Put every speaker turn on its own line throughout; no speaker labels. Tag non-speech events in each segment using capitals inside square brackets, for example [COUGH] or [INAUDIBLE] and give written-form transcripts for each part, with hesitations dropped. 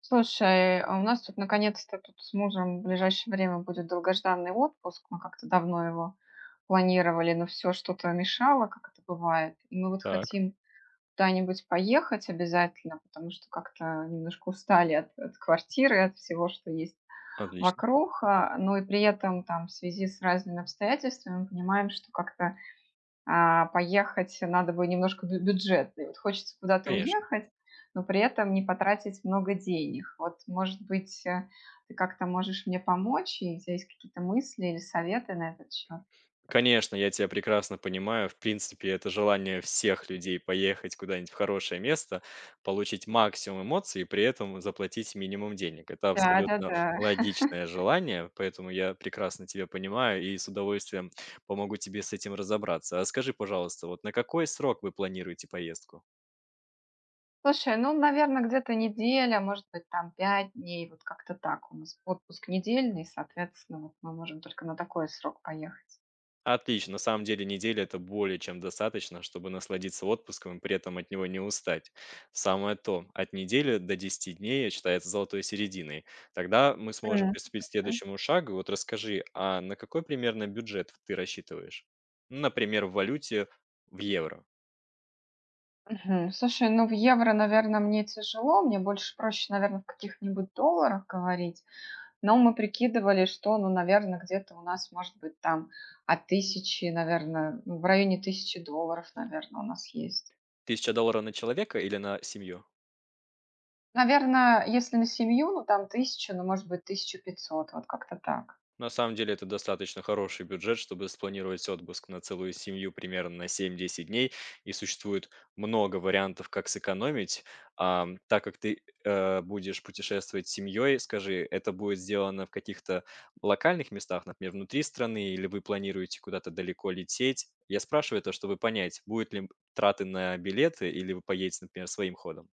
Слушай, а у нас тут наконец-то тут с мужем в ближайшее время будет долгожданный отпуск. Мы как-то давно его планировали, но все что-то мешало, как это бывает. И мы вот
Так,
хотим куда-нибудь поехать обязательно, потому что как-то немножко устали от квартиры, от всего, что есть
отлично.
вокруг. Но и при этом там в связи с разными обстоятельствами мы понимаем, что как-то поехать надо бы немножко бю бюджетный. Вот хочется куда-то
Конечно.
уехать, но при этом не потратить много денег. Вот, может быть, ты как-то можешь мне помочь, и у тебя есть какие-то мысли или советы на этот счет?
Конечно, я тебя прекрасно понимаю. В принципе, это желание всех людей поехать куда-нибудь в хорошее место, получить максимум эмоций и при этом заплатить минимум денег. Это абсолютно
Да-да-да.
логичное желание, поэтому я прекрасно тебя понимаю и с удовольствием помогу тебе с этим разобраться. А скажи, пожалуйста, вот на какой срок вы планируете поездку?
Слушай, ну, наверное, где-то неделя, может быть, там 5 дней, вот как-то так. У нас отпуск недельный, соответственно, вот мы можем только на такой срок поехать.
Отлично. На самом деле недели- это более чем достаточно, чтобы насладиться отпуском и при этом от него не устать. Самое то, от недели до 10 дней считается золотой серединой. Тогда мы сможем
М,
приступить к следующему шагу. Вот расскажи, а на какой примерно бюджет ты рассчитываешь? Ну, например, в валюте в евро.
Мгм. Слушай, ну в евро, наверное, мне тяжело, мне больше проще, наверное, в каких-нибудь долларах говорить. Но мы прикидывали, что, ну, наверное, где-то у нас может быть там от 1000, наверное, в районе 1000 долларов, наверное, у нас есть.
1000 долларов на человека или на семью?
Наверное, если на семью, ну там 1000, ну может быть 1500, вот как-то так.
На самом деле это достаточно хороший бюджет, чтобы спланировать отпуск на целую семью примерно на 7-10 дней, и существует много вариантов, как сэкономить. Так как ты будешь путешествовать с семьей, скажи, это будет сделано в каких-то локальных местах, например, внутри страны, или вы планируете куда-то далеко лететь? Я спрашиваю это, чтобы понять, будет ли траты на билеты, или вы поедете, например, своим ходом.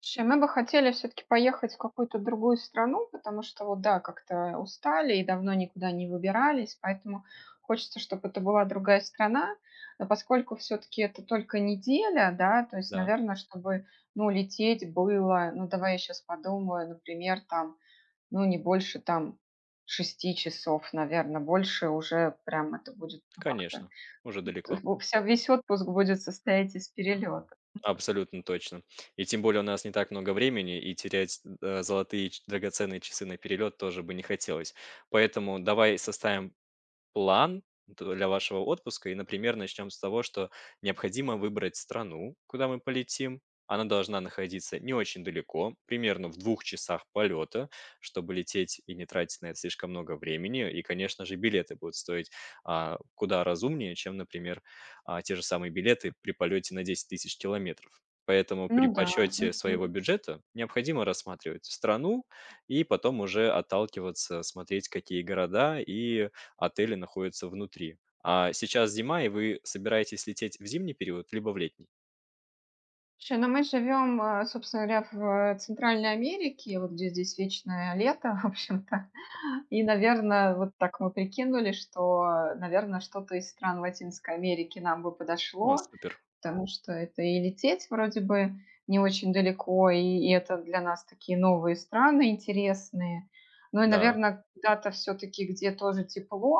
Слушай, мы бы хотели все-таки поехать в какую-то другую страну, потому что вот, да, как-то устали и давно никуда не выбирались, поэтому хочется, чтобы это была другая страна. Но поскольку все-таки это только неделя, да, то есть,
Да,
наверное, чтобы, ну, лететь было, ну, давай я сейчас подумаю, например, там, ну, не больше там 6 часов, наверное, больше уже прям это будет, ну, как-то,
конечно, уже далеко.
[LAUGHS] весь отпуск будет состоять из перелета.
Абсолютно точно. И тем более у нас не так много времени, и терять, золотые ч драгоценные часы на перелет тоже бы не хотелось. Поэтому давай составим план для вашего отпуска. И, например, начнем с того, что необходимо выбрать страну, куда мы полетим. Она должна находиться не очень далеко, примерно в 2 часах полета, чтобы лететь и не тратить на это слишком много времени. И, конечно же, билеты будут стоить куда разумнее, чем, например, те же самые билеты при полете на 10 000 километров. Поэтому при
Ну да.
подсчете своего
Мгм.
бюджета необходимо рассматривать страну и потом уже отталкиваться, смотреть, какие города и отели находятся внутри. А сейчас зима, и вы собираетесь лететь в зимний период, либо в летний?
Слушай, ну мы живем, собственно говоря, в Центральной Америке, вот где здесь вечное лето, [LAUGHS] в общем-то. И, наверное, вот так мы прикинули, что, наверное, что-то из стран Латинской Америки нам бы
О,
подошло,
супер.
потому что это и лететь вроде бы не очень далеко, и это для нас такие новые страны интересные. Ну и,
Да,
наверное, куда-то все таки где тоже тепло,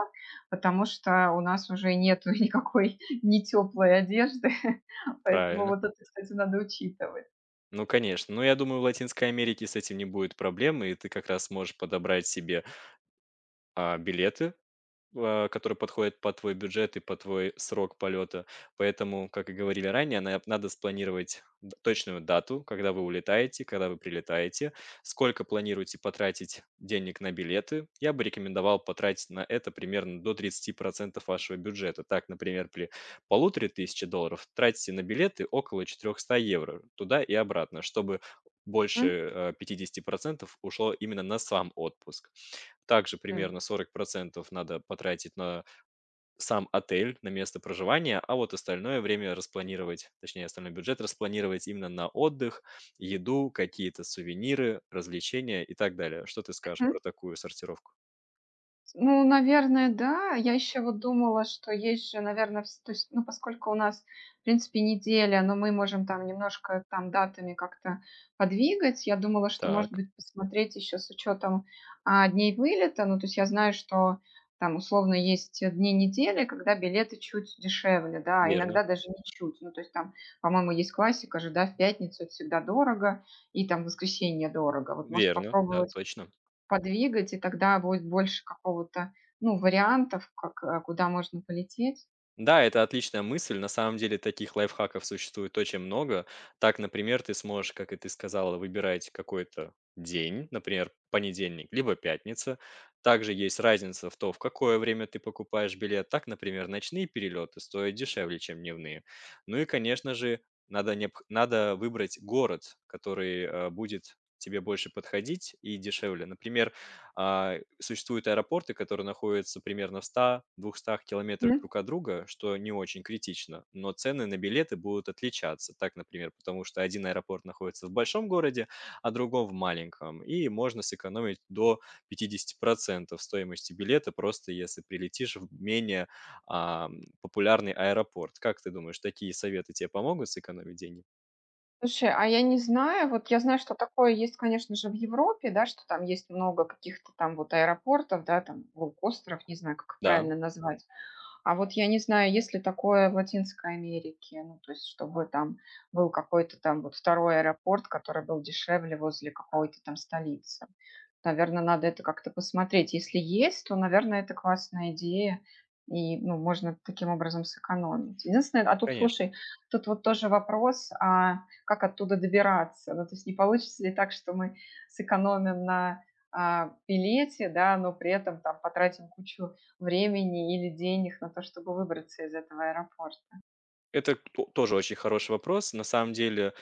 потому что у нас уже нету [LAUGHS] никакой не теплой одежды, [LAUGHS] поэтому
правильно.
вот это, кстати, надо учитывать.
Ну, конечно. Но я думаю, в Латинской Америке с этим не будет проблем, и ты как раз можешь подобрать себе билеты, который подходит под твой бюджет и под твой срок полета. Поэтому, как и говорили ранее, надо спланировать точную дату, когда вы улетаете, когда вы прилетаете, сколько планируете потратить денег на билеты. Я бы рекомендовал потратить на это примерно до 30% вашего бюджета. Так, например, при 1500 долларов тратите на билеты около €400 туда и обратно, чтобы больше 50% ушло именно на сам отпуск. Также
Мгм.
примерно 40% надо потратить на сам отель, на место проживания, а вот остальное время распланировать, точнее, остальной бюджет распланировать именно на отдых, еду, какие-то сувениры, развлечения и так далее. Что ты скажешь
Мгм.
про такую сортировку?
Ну, наверное, да. Я еще вот думала, что есть же, наверное, то есть, ну, поскольку у нас, в принципе, неделя, но мы можем там немножко там датами как-то подвигать. Я думала, что, может
Так,
быть, посмотреть еще с учетом, дней вылета. Ну, то есть я знаю, что там условно есть дни недели, когда билеты чуть дешевле, да, а
верно,
иногда даже не чуть. Ну, то есть там, по-моему, есть классика же, да, в пятницу это всегда дорого и там в воскресенье дорого. Вот, может,
верно, да,
попробовать
точно.
подвигать, и тогда будет больше какого-то, ну, вариантов, как, куда можно полететь.
Да, это отличная мысль. На самом деле таких лайфхаков существует очень много. Так, например, ты сможешь, как и ты сказала, выбирать какой-то день, например, понедельник, либо пятница. Также есть разница в том, в какое время ты покупаешь билет. Так, например, ночные перелеты стоят дешевле, чем дневные. Ну и, конечно же, надо выбрать город, который будет тебе больше подходить и дешевле. Например, существуют аэропорты, которые находятся примерно в 100-200 километрах
Мгм.
друг от друга, что не очень критично, но цены на билеты будут отличаться. Так, например, потому что один аэропорт находится в большом городе, а другом в маленьком, и можно сэкономить до 50% стоимости билета, просто если прилетишь в менее популярный аэропорт. Как ты думаешь, такие советы тебе помогут сэкономить деньги?
Слушай, а я не знаю, вот я знаю, что такое есть, конечно же, в Европе, да, что там есть много каких-то там вот аэропортов, да, там лоукостеров, не знаю, как их
Да,
правильно назвать. А вот я не знаю, есть ли такое в Латинской Америке, ну, то есть чтобы там был какой-то там вот второй аэропорт, который был дешевле возле какой-то там столицы. Наверное, надо это как-то посмотреть. Если есть, то, наверное, это классная идея, и, ну, можно таким образом сэкономить. Единственное, а тут,
конечно.
слушай, тут вот тоже вопрос, а как оттуда добираться? Ну, то есть не получится ли так, что мы сэкономим на, билете, да, но при этом там потратим кучу времени или денег на то, чтобы выбраться из этого аэропорта.
Это тоже очень хороший вопрос. На самом деле,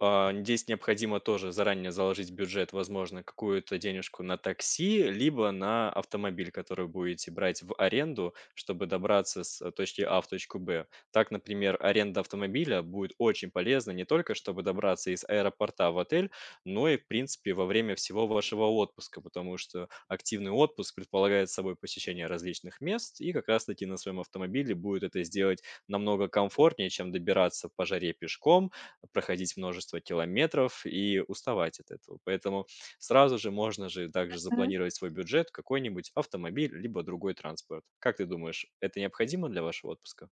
Здесь необходимо тоже заранее заложить бюджет, возможно, какую-то денежку на такси, либо на автомобиль, который будете брать в аренду, чтобы добраться с точки А в точку Б. Так, например, аренда автомобиля будет очень полезна не только, чтобы добраться из аэропорта в отель, но и, в принципе, во время всего вашего отпуска, потому что активный отпуск предполагает собой посещение различных мест, и как раз-таки на своем автомобиле будет это сделать намного комфортнее, чем добираться по жаре пешком, проходить множество километров и уставать от этого. Поэтому сразу же можно же также запланировать свой бюджет, какой-нибудь автомобиль, либо другой транспорт. Как ты думаешь, это необходимо для вашего отпуска?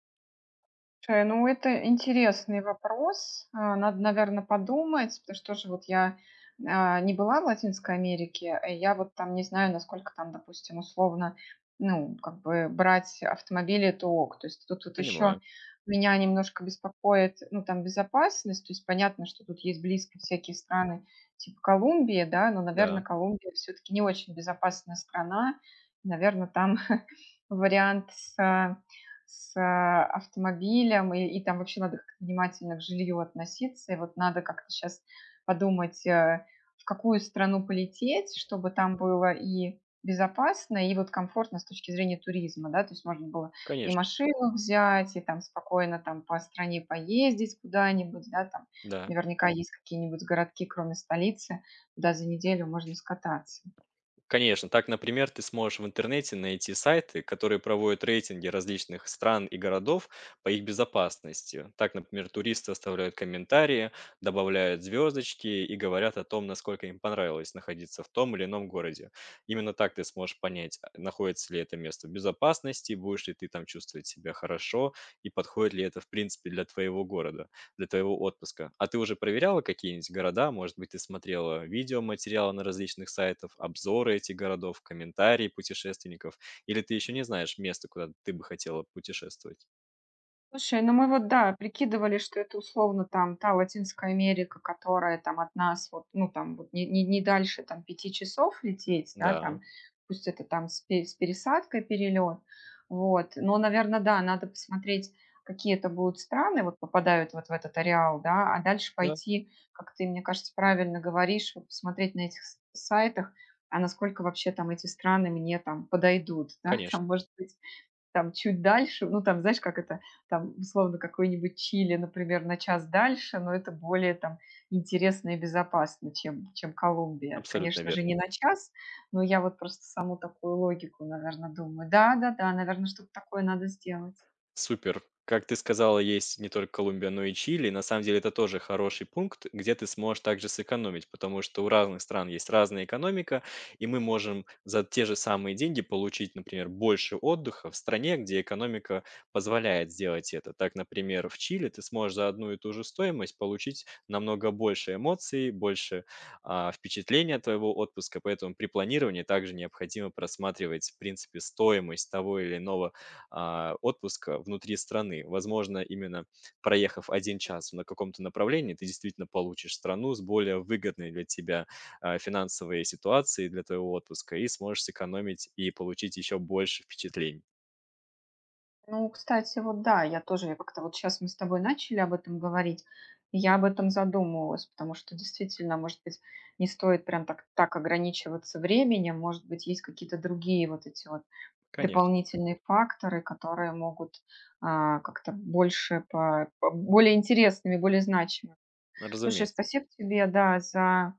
Слушай, ну это интересный вопрос. Надо, наверное, подумать, потому что тоже вот я не была в Латинской Америке, и я вот там не знаю, насколько там, допустим, условно, ну, как бы брать автомобили, это ок. То есть тут вот еще
Понимаю.
меня немножко беспокоит, ну, там безопасность. То есть понятно, что тут есть близко всякие страны типа Колумбии, да, но,
Да,
наверное, Колумбия все-таки не очень безопасная страна. Наверное, там [LAUGHS] вариант с автомобилем, и там вообще надо как-то внимательно к жилью относиться, и вот надо как-то сейчас подумать, в какую страну полететь, чтобы там было и безопасно, и вот комфортно с точки зрения туризма, да, то есть можно было и
конечно,
машину взять, и там спокойно там по стране поездить куда-нибудь, да, там
да.
наверняка есть какие-нибудь городки, кроме столицы, куда за неделю можно скататься.
Конечно, так, например, ты сможешь в интернете найти сайты, которые проводят рейтинги различных стран и городов по их безопасности. Так, например, туристы оставляют комментарии, добавляют звездочки и говорят о том, насколько им понравилось находиться в том или ином городе. Именно так ты сможешь понять, находится ли это место в безопасности, будешь ли ты там чувствовать себя хорошо и подходит ли это, в принципе, для твоего города для твоего отпуска. А ты уже проверяла какие-нибудь города? Может быть, ты смотрела видеоматериалы на различных сайтах, обзоры этих городов, комментарии путешественников? Или ты еще не знаешь место, куда ты бы хотела путешествовать?
Слушай, ну мы вот, да, прикидывали, что это условно там та Латинская Америка, которая там от нас вот, ну там вот не дальше там 5 часов лететь, да,
Да,
там, пусть это там с пересадкой перелет, вот, но, наверное, да, надо посмотреть, какие это будут страны, вот попадают вот в этот ареал, да, а дальше
да,
пойти, как ты, мне кажется, правильно говоришь, вот посмотреть на этих сайтах, а насколько вообще там эти страны мне там подойдут, [LAUGHS] да,
конечно,
там, может быть, там чуть дальше, ну, там, знаешь, как это, там, условно, какой-нибудь Чили, например, на час дальше, но это более там интересно и безопасно, чем Колумбия.
абсолютно
Конечно же,
верно.
не на час, но я вот просто саму такую логику, наверное, думаю. Да, да, да, наверное, что-то такое надо сделать.
Супер. Как ты сказала, есть не только Колумбия, но и Чили. На самом деле это тоже хороший пункт, где ты сможешь также сэкономить, потому что у разных стран есть разная экономика, и мы можем за те же самые деньги получить, например, больше отдыха в стране, где экономика позволяет сделать это. Так, например, в Чили ты сможешь за одну и ту же стоимость получить намного больше эмоций, больше впечатления от твоего отпуска, поэтому при планировании также необходимо просматривать, в принципе, стоимость того или иного отпуска внутри страны. Возможно, именно проехав 1 час на каком-то направлении, ты действительно получишь страну с более выгодной для тебя, финансовой ситуацией для твоего отпуска и сможешь сэкономить и получить еще больше впечатлений.
Ну, кстати, вот да, я тоже, я как-то вот сейчас мы с тобой начали об этом говорить, и я об этом задумывалась, потому что действительно, может быть, не стоит прям так ограничиваться временем, может быть, есть какие-то другие вот эти вот
Конечно,
дополнительные факторы, которые могут как-то больше, более интересными, более значимыми. Слушай,
разумеется.
спасибо тебе, да, за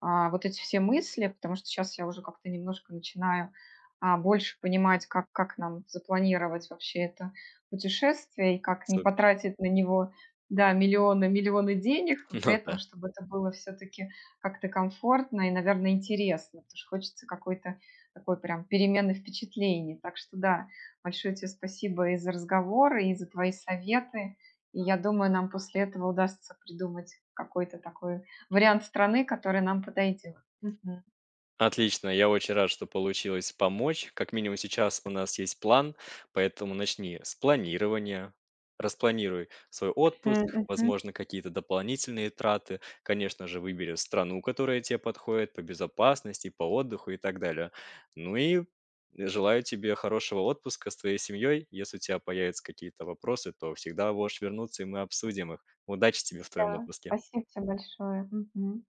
вот эти все мысли, потому что сейчас я уже как-то немножко начинаю больше понимать, как нам запланировать вообще это путешествие и как не
Супер.
потратить на него, да, миллионы, миллионы денег,
[LAUGHS]
но при
Ну
этом,
да.
чтобы это было все-таки как-то комфортно и, наверное, интересно, потому что хочется какой-то такой прям перемены впечатлений. Так что да, большое тебе спасибо и за разговор, и за твои советы. И я думаю, нам после этого удастся придумать какой-то такой вариант страны, который нам подойдет. Мгм.
Отлично, я очень рад, что получилось помочь. Как минимум сейчас у нас есть план, поэтому начни с планирования. Распланируй свой
Мгм,
отпуск,
мгм.
возможно, какие-то дополнительные траты. Конечно же, выбери страну, которая тебе подходит по безопасности, по отдыху и так далее. Ну и желаю тебе хорошего отпуска с твоей семьей. Если у тебя появятся какие-то вопросы, то всегда можешь вернуться, и мы обсудим их. Удачи тебе в твоем
Да,
отпуске.
спасибо тебе большое. Мгм.